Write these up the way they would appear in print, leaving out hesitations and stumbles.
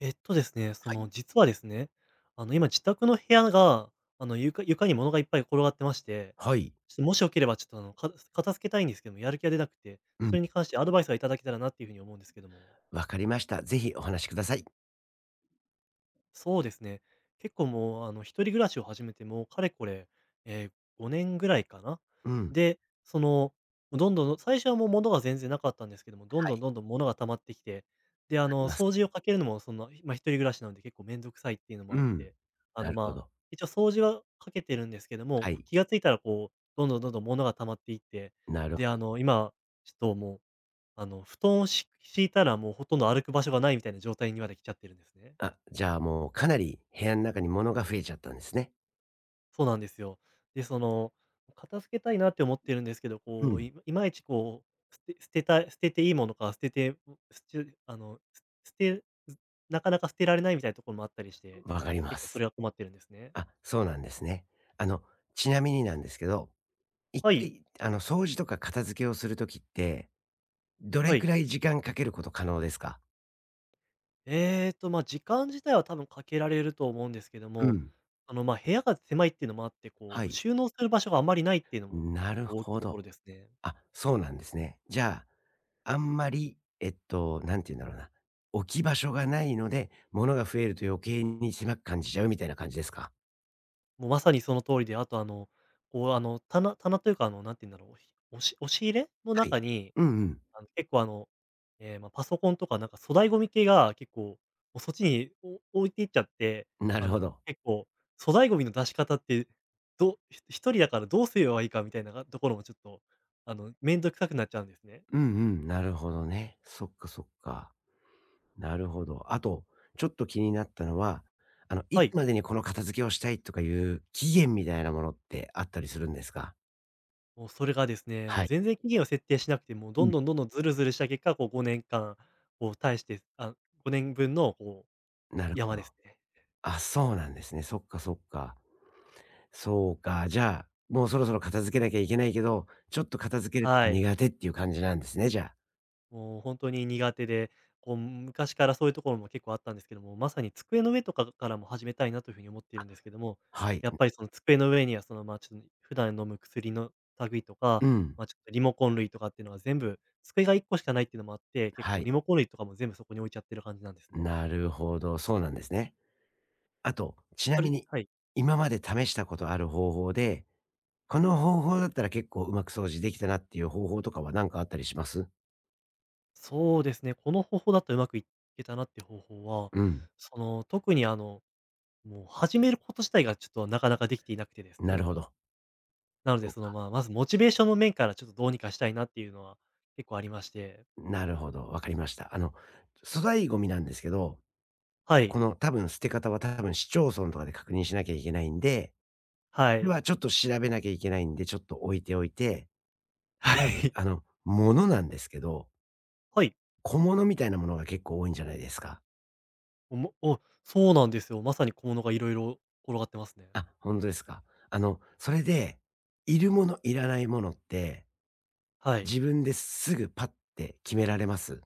えっとですね、そはい。の、実はですね、今自宅の部屋が、床に物がいっぱい転がってまして、はい。ちょっともしよければちょっと、片付けたいんですけども、やる気が出なくて、うそん。れに関してアドバイスがいただけたらなっていうふうに思うんですけども。わかりました。ぜひお話しください。そうですね。結構もう、あの、一人暮らしを始めてもうかれこれ、え5年ぐらいかな。うん。で、その、どんどん最初はもう物が全然なかったんですけども、どんどん物が溜まってきて、で、ありま掃す。除をかけるのもその、まあ、一人暮らしなので結構めんどくさいっていうのもうあっん。て、あなの、るほまあ、ど。一応掃除はかけてるんですけども、はこうい。気がついたらこう、どんどん物が溜まっていって、なるほで、ど。今、ちょっともう、布団を敷いたらもうほとんど歩く場所がないみたいな状態にまで来ちゃってるんですね。あ、じゃあもうかなり部屋の中に物が増えちゃったんですね。そうなんですよ。で、その、片付けたいなって思ってるんですけど、うこう、ん。いいまいちこう、捨て捨てたい捨てていいものか、捨てて、捨てあの、す捨てずなかなか捨てられないみたいなところもあったりして、わかりま結構そす。れは困ってるんですね。あ、そうなんですね。あの、ちなみになんですけど、一はい、回あの、掃除とか片付けをするときって、どれはくい。らい時間かけること可能ですか？まあ、時間自体は多分かけられると思うんですけどうも、ん。まあ、部屋が狭いっていうのもあって、はこう、い。収納する場所があまりないっていうのもな結る構大きいほとど。ころですね。あ、そうなんですね。じゃあ、あんまり、なんて言うんだろうな、置き場所がないので、物が増えると余計に狭く感じちゃうみたいな感じですか？もうまさにその通りで、あと棚というかなんて言うんだろう、ひ押し押し入れのはい。中に、うんうん。あの、結構あの、ええ、まあ、パソコンとかなんか粗大ゴミ系が結構、そっちに置いていっちゃって、なるほど。結構粗大ゴミの出し方って、どうひ一人だからどうすればいいかみたいなところもちょっと、めんどくさくなっちゃうんですね。うんうん、なるほどね。そっかそっか。なるほど。あと、ちょっと気になったのは、あの、いはつい。までにこの片付けをしたいとかいう期限みたいなものってあったりするんですか？もうそれがですね、もはうい。全然期限を設定しなくて、もううどんん。どんどんどんずるずるした結果、こう5年間、こう対して、あ、5年分のこうなるほ山ど。ですね。あ、そうなんですね。そっかそっか。そうか、じゃあ、もうそろそろ片付けなきゃいけないけど、ちょっと片付けるのはがい。苦手っていう感じなんですね、じゃあ。もう本当に苦手で、こう、昔からそういうところも結構あったんですけども、まさに机の上とかからも始めたいなというふうに思っているんですけども、はい。やっぱりその机の上にはその、ま、ちょっと普段飲む薬の類とか、うん。まあ、ちょっとリモコン類とかっていうのは全部、机が1個しかないっていうのもあって、結は構い。リモコン類とかも全部そこに置いちゃってる感じなんですね。なるほど、そうなんですね。あと、ちそなみれに、はい。今まで試したことある方法で、この方法だったら結構うまく掃除できたなっていう方法とかは何かあったりしますそうですね、この方法だとうまくいけたなっていう方法は、うん。その、特にあの、もう始めること自体がちょっとなかなかできていなくてですなるね。ほど。なのそで、うその、か。まあ、まずモチベーションの面からちょっとどうにかしたいなっていうのは結構ありまして。なるほど。わかりました。あの、粗大ゴミなんですけど、はい。この多分捨て方は多分市町村とかで確認しなきゃいけないんで、はでい。は、ちょっと調べなきゃいけないんで、ちょっと置いておいて、はまず、い。あの、物なんですけど、はい。小物みたいなものが結構多いんじゃないですか？おもお、そうなんですよ。まさに小物がいろいろ転がってますね。あ、本当ですか。あの、それで、いるもの、いらないものって、はい。自分ですぐパッて決められます？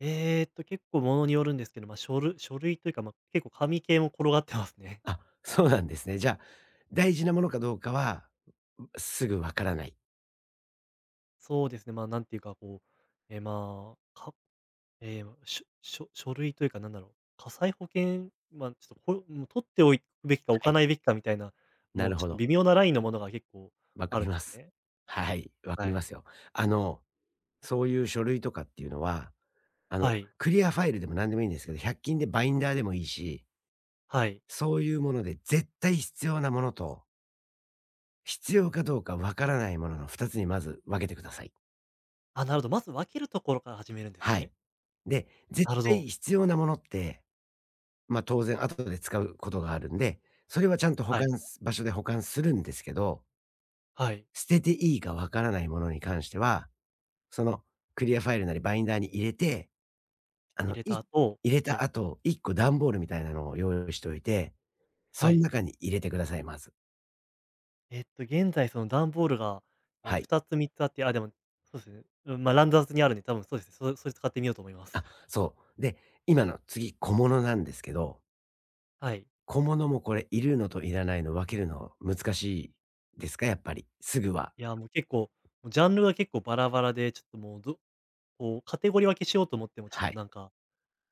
結構物によるんですけど、まあ、書類というか、まあ、結構紙系も転がってますね。あ、そうなんですね。じゃあ、大事なものかどうかは、すぐわからない。そうですね、まあ、なんていうか、こう、え、まあ、かええ、ま、しょしょ書類というか、なんだろう、火災保険、まあ、ちょっと、これ、もう取っておくべきか置はかい。ないべきかみたいな、なもうるちょっほとど。微妙なラインのものが結構わかあるりんでますす。ね。はい、わかはりまい。すよ。あの、そういう書類とかっていうのは、あの、はい。クリアファイルでも何でもいいんですけど、100均でバインダーでもいいし、はい。そういうもので絶対必要なものと、必要かどうかわからないものの2つにまず分けてください。あ、なるほど、まず分けるところから始めるんですはい。ね。で、絶なるほ対ど。必要なものって、ま、当然後で使うことがあるんで、それはちゃんと保は管い。場所で保管するんですけど、はい。捨てていいかわからないものに関しては、そのクリアファイルなりバインダーに入れて、あ入の、れたい後、入れはたい。後、1個段ボールみたいなのを用意しといてそはんい。中に入れてください、まず。えっと、現在その段ボールが、はい。2つ3つあって、あ、でも、そうですね。うん、まあ、乱雑にあるんで、多分そうですね。それ使ってみようと思いまあ、す。そう。で、今の次、小物なんですけど、はい。小物もこれ、いるのといらないの分けるの難しいですか？やっぱり。すぐは。いや、もう結構、もうジャンルが結構バラバラで、ちょっともうどこう、カテゴリー分けしようと思っても、ちょっはとい。なんか、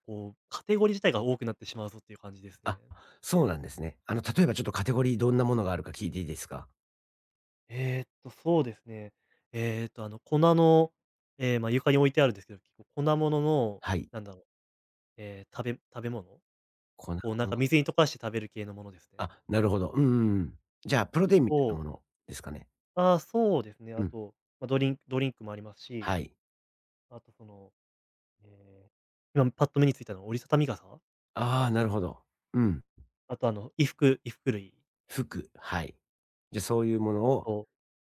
こう、カテゴリー自体が多くなってしまうぞっていう感じですね。あ、そうなんですね。あの、例えばちょっとカテゴリーどんなものがあるか聞いていいですか？そうですね。粉の、まあ、床に置いてあるんですけど、結構粉ものの、はい。なんだろう、食べ物？粉こう、なん物。か水に溶かして食べる系のものですね。あ、なるほど。うんうんうん。じゃあ、プロテインみたいなと、ものですかね？ああ、そうですね。うあん。と、まあ、ドリンクもありますはし、い。あとその、えー今パッと目についたのは折りたたみ傘？ああ、なるほど。うん。あと、衣服類、服、はい。じゃあ、そういうものあをと、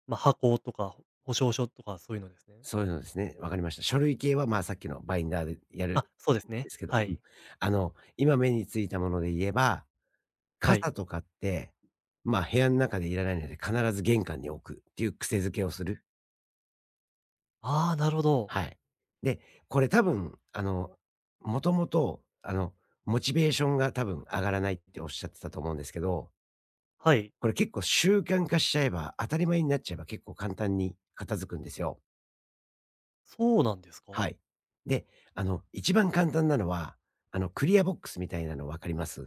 まあ、箱とか保証書とかそういうのですね。そういうのですね、わかりました。書類系は、まあ、さっきのバインダーでやるあ、そうでんすね。ですけど、はうん。い。あの、今目についたもので言えば、はい。傘とかって、まあ、部屋の中でいらないので、必ず玄関に置くっていう癖づけをする。ああ、なるほど。はい。で、これ多分、あの、もともと、あの、モチベーションが多分上がらないっておっしゃってたと思うんですけど、はい。これ結構習慣化しちゃえば、当たり前になっちゃえば結構簡単に片付くんですよ。そうなんですか？はい。で、あの、一番簡単なのは、あの、クリアボックスみたいなの分かります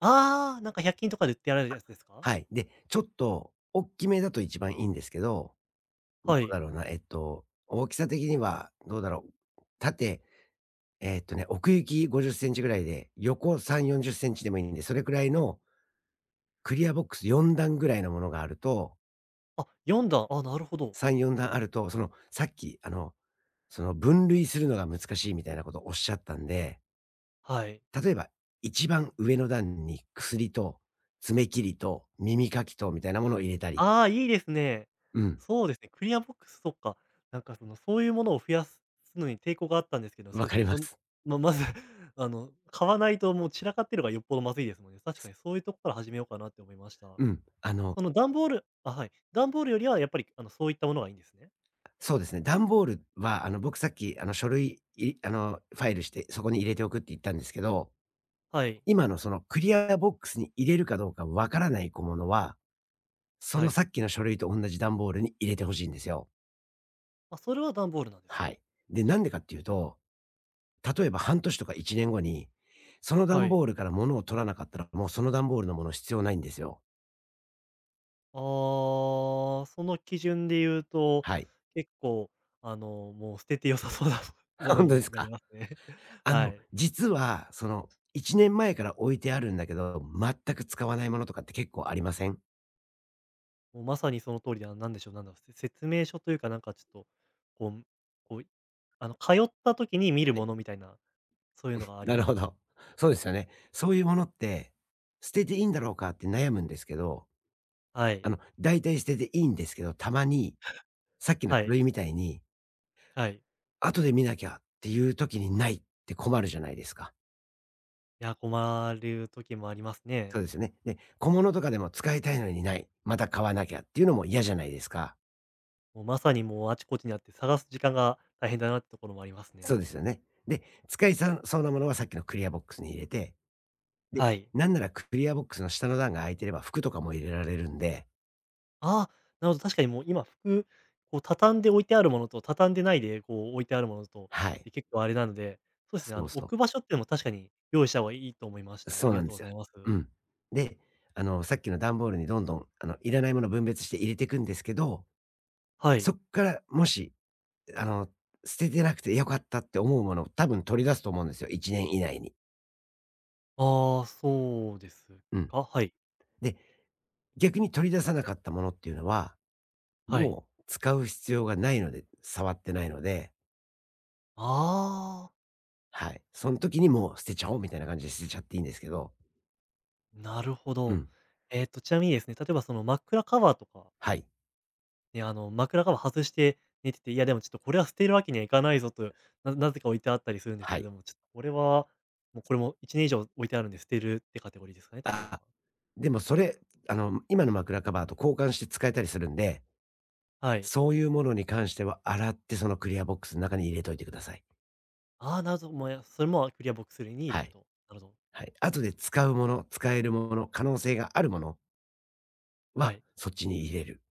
ああー、なんか百均とかで売ってやられるやつですか？はい。で、ちょっと、大きめだと一番いいんですけど、どうはだい。ろうな、大きさ的には、どうだろう。縦、奥行き50センチぐらいで、横3、40センチでもいいんで、それくらいのクリアボックス4段ぐらいのものがあると、あ、よん段、あ、なるほど。3、4段あると、その、さっき、あの、その分類するのが難しいみたいなことをおっしゃったんではい。例えば、一番上の段に薬と爪切りと耳かきとみたいなものを入れたり。ああ、いいですね。うん、そうですね、クリアボックスとか、なんかその、そういうものを増やすのに抵抗があったんですけど、わそうでかすりね、まどんす。ままず、買わないともう散らかってるのがよっぽどまずいですもんね。確かにそういうとこから始めようかなって思いました。うん。あの、その段ボールあ、はい。段ボールよりはやっぱり、そういったものがいいんですね。そうですね、段ボールは、あの、僕さっき、あの、ファイルして、そこに入れておくって言ったんですけど、はい。今のそのクリアボックスに入れるかどうかわからない小物は、そはのさい。っきの書類と同じ段ボールに入れて欲しいんですよ。あ、それは段ボールなんですはね。い。で、なんでかっていうと例えば半年とか1年後に、そのは段い。ボールから物を取らなかったら、もうその段ボールのもの必要ないんですよ。ああ、その基準で言うと、はい。結構、もう捨てて良さそうな も の本当でにすなか。りますね。あはの、い。実はその1年前から置いてあるんだけど、全く使わないものとかって結構ありません？もうまさにその通りだな、なんでしょう、なんだろう、説明書というかなんかちょっと、こう、こう、通った時に見るものみたいな、そういうのがありなまるすほね。ど。そうですよね。そういうものって、捨てていいんだろうかって悩むんですけど、はあい。の、大体捨てていいんですけど、たまに、さっきのは書い。類みたいに、はい。後で見なきゃっていう時にないって困るじゃないですか。いや、困る時もありますそね。うですよね。で、小物とかでも使いたいのにない、また買わなきゃっていうのも嫌じゃないですか。もうまさにもうあちこちにあって探す時間が大変だなってところもありますそうね。ですよね。で、使いさそうなものはさっきのクリアボックスに入れて、で、はい。なんならクリアボックスの下の段が空いてれば服とかも入れられるんで、ああ、なるほど、確かにもう今服、こう畳んで置いてあるものと、畳んでないでこう置いてあるものと、はい。で結構あれなので、そうですね、そうそ置う。く場所っていうのも確かに用意した方がいいと思いました。あそうりながんでとうごすよ。ざいます。うん。で、あの、さっきの段ボールにどんどん、あの、いらないもの分別して入れていくんですけど、はい。そっからもし、あの、捨ててなくてよかったって思うものを多分取り出すと思うんですよ、1年以内に。ああ、そうですうん。か。はい。で、逆に取り出さなかったものっていうのは、はい。もう使う必要がないので、触ってないので、ああ、はい。その時にもう捨てちゃおうみたいな感じで捨てちゃっていいんですけど。なるほうど。ん。えっと、ちなみにですね、例えばその枕カバーとかはい。ね、枕カバー外して寝てて、いやでもちょっとこれは捨てるわけにはいかないぞと、なぜか置いてあったりするんですけはど、い。でもちょっとこれは、もうこれも1年以上置いてあるんで捨てるってカテゴリーですかね、例えば。あ、でもそれ、あの、今の枕カバーと交換して使えたりするんで、はい。そういうものに関しては洗ってそのクリアボックスの中に入れといてください。ああ、なるほど。もうやそれもクリアボックス類に入れはるい。と。なるほど。はい。後で使うもの、使えるもの、可能性があるものははい。そっちに入れる。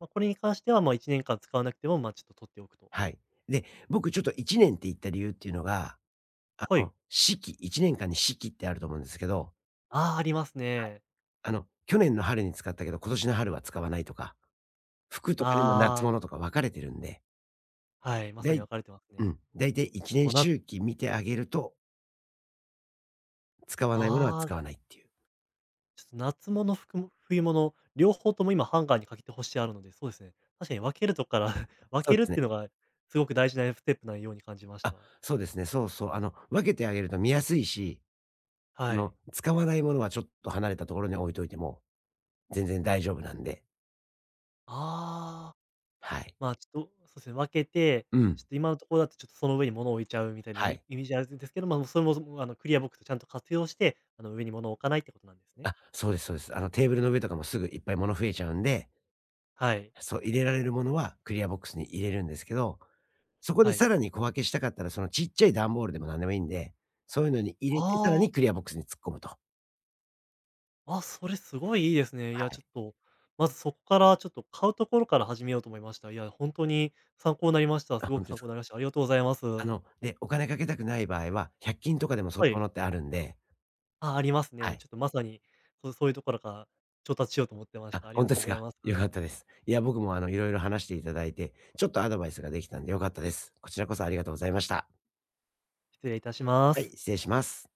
まあ、これに関しては、まあ、1年間使わなくても、まあ、ちょっと取っておくと。はい。で、僕ちょっと1年って言った理由っていうのがあはい。の、四季、一年間に四季ってあると思うんですけど、ああ、ありますはい。ね。あの、去年の春に使ったけど、今年の春は使わないとか、服とかでも夏ああ、物とか分かれてるんで、はい、まさだにい分かれてますうね。ん、だいたい1年もうなあ周期見てあげると、使わないものはあ。使わないっていう。ちょっと夏物、冬物、両方とも今ハンガーにかけて干してあるので、そうですね。確かに分けるとこから 分そうけでるっすね。ていうのがすごく大事なステップなように感じましあ、た。そうですね。そうそう。あの、分けてあげると見やすいし、あはの、い。使わないものはちょっと離れたところに置いといても、全然大丈夫なんで。ああ、はい。まあ、ちょっと、そうですね、分けて、うん。ちょっと今のところだとちょっとその上に物を置いちゃうみたいなイはメい。イメージあるんですけど、まあ、それも、クリアボックスをちゃんと活用して、上に物を置かないってことなんですね。あ、そうですそうです。あの、テーブルの上とかもすぐいっぱい物増えちゃうんではい。そう、入れられるものはクリアボックスに入れるんですけど、そこではい。さらに小分けしたかったら、そのちっちゃい段ボールでも何でもいいんで、そういうのに入れて、さらあにクあ。リアボックスに突っ込むと。あ、それすごいいいですね。はいや、ちょっい。と、まずそこからちょっと買うところから始めようと思いました。いや、本当に参考になりました。あ、すごほんくとで参す考か。になりました。ありがとうございます。あの、で、お金かけたくない場合は、100均とかでもそういはうもい。のってあるんで、あ、ありますはね。い。ちょっとまさに、うそういうところから調達しようと思ってましあ、た。ありほんがととでうすござか。います。良かったです。いや、僕もあの、いろいろ話していただいて、ちょっとアドバイスができたんで良かったです。こちらこそありがとうございました。失礼いたしまはい、す。失礼します。